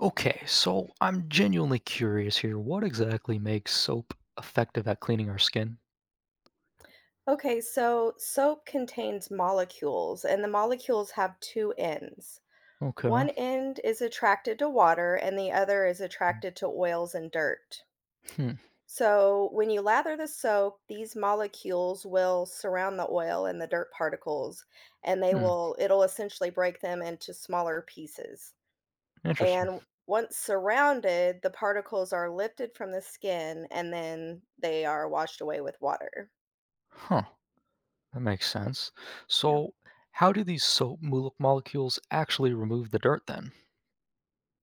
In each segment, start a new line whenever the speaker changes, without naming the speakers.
Okay, so I'm genuinely curious here. What exactly makes soap effective at cleaning our skin?
Okay, so soap contains molecules, and the molecules have two ends.
Okay.
One end is attracted to water, and the other is attracted to oils and dirt.
Hmm.
So, when you lather the soap, these molecules will surround the oil and the dirt particles, and they
Hmm.
will, it'll essentially break them into smaller pieces.
Interesting.
And once surrounded, the particles are lifted from the skin and then they are washed away with water.
Huh. That makes sense.
Yeah.
So, how do these molecules actually remove the dirt then?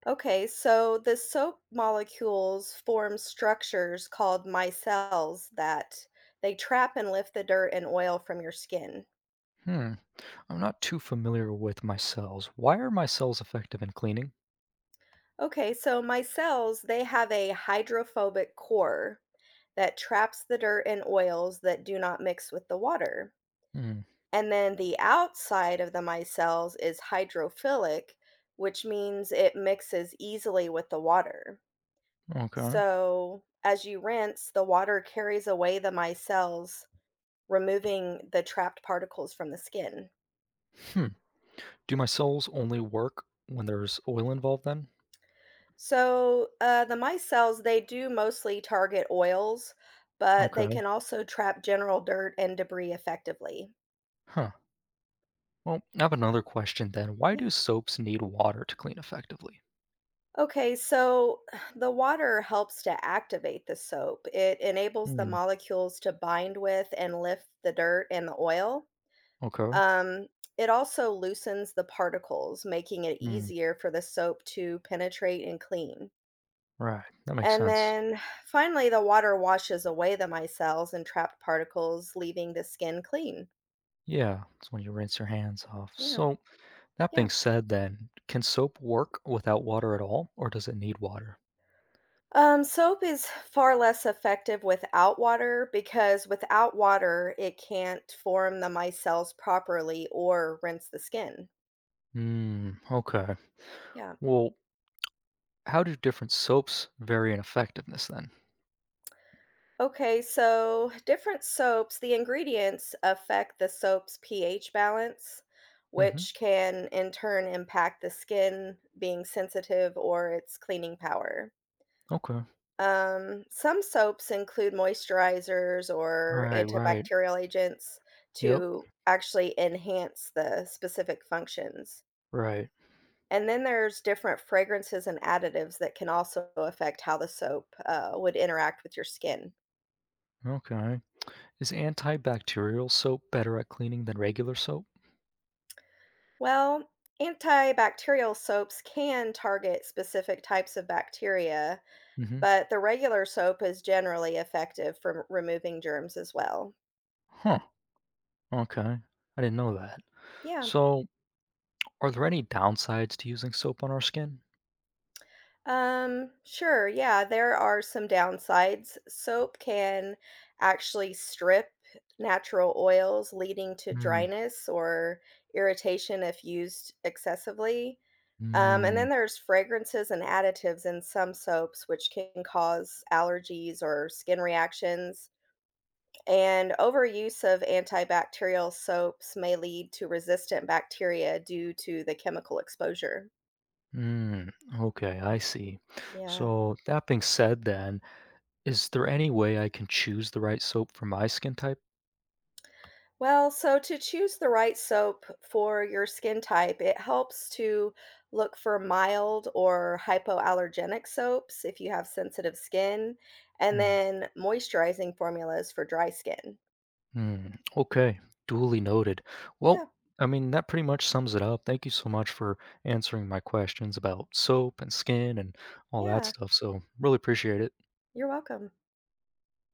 Okay, so the soap molecules form structures called micelles that they trap and lift the dirt and oil from your skin.
Hmm. I'm not too familiar with my cells. Why are my cells effective in cleaning?
Okay, so micelles, they have a hydrophobic core that traps the dirt and oils that do not mix with the water.
Hmm.
And then the outside of the micelles is hydrophilic, which means it mixes easily with the water.
Okay.
So as you rinse, the water carries away the micelles removing the trapped particles from the skin.
Hmm. Do my cells only work when there's oil involved then?
So, the mice cells, they do mostly target oils, but they
Okay.
can also trap general dirt and debris effectively.
Huh. Well, I have another question then. Why
Yeah.
do soaps need water to clean effectively?
Okay, so the water helps to activate the soap. It enables the
Hmm.
molecules to bind with and lift the dirt and the oil.
Okay.
Um, it also loosens the particles, making it
Hmm.
easier for the soap to penetrate and clean.
Right. That makes
And
sense.
then finally, the water washes away the micelles and trapped particles, leaving the skin clean.
Yeah, it's when you rinse your hands off.
Yeah,
So, that being
yeah.
said, then, can soap work without water at all, or does it need water?
Soap is far less effective without water because without water, it can't form the micelles properly or rinse the skin.
Hmm, okay.
Yeah.
Well, how do different soaps vary in effectiveness then?
Okay, so different soaps, the ingredients affect the soap's pH balance,
Mm-hmm.
which can in turn impact the skin being sensitive or its cleaning power.
Okay.
Some soaps include moisturizers or
Right, right.
antibacterial agents
Yep,
to actually enhance the specific functions.
right.
And then there's different fragrances and additives that can also affect how the soap would interact with your skin.
Okay. Is antibacterial soap better at cleaning than regular soap?
Well, antibacterial soaps can target specific types of bacteria,
Mm-hmm.
but the regular soap is generally effective for removing germs as well.
Huh. Okay. I didn't know that.
Yeah.
So, are there any downsides to using soap on our skin?
Sure. Yeah, there are some downsides. Soap can actually strip natural oils, leading to
Hmm.
dryness or irritation if used excessively. And
Mm,
then there's fragrances and additives in some soaps, which can cause allergies or skin reactions. And overuse of antibacterial soaps may lead to resistant bacteria due to the chemical exposure.
mm. Okay, I see.
Yeah.
So, that being said, then, is there any way I can choose the right soap for my skin type?
Well, so to choose the right soap for your skin type, it helps to look for mild or hypoallergenic soaps if you have sensitive skin, and
Mm,
then moisturizing formulas for dry skin.
mm. Okay, duly noted.
Yeah,
Well, I mean, that pretty much sums it up. Thank you so much for answering my questions about soap and skin and all that
yeah,
stuff. So, really appreciate it.
you're welcome.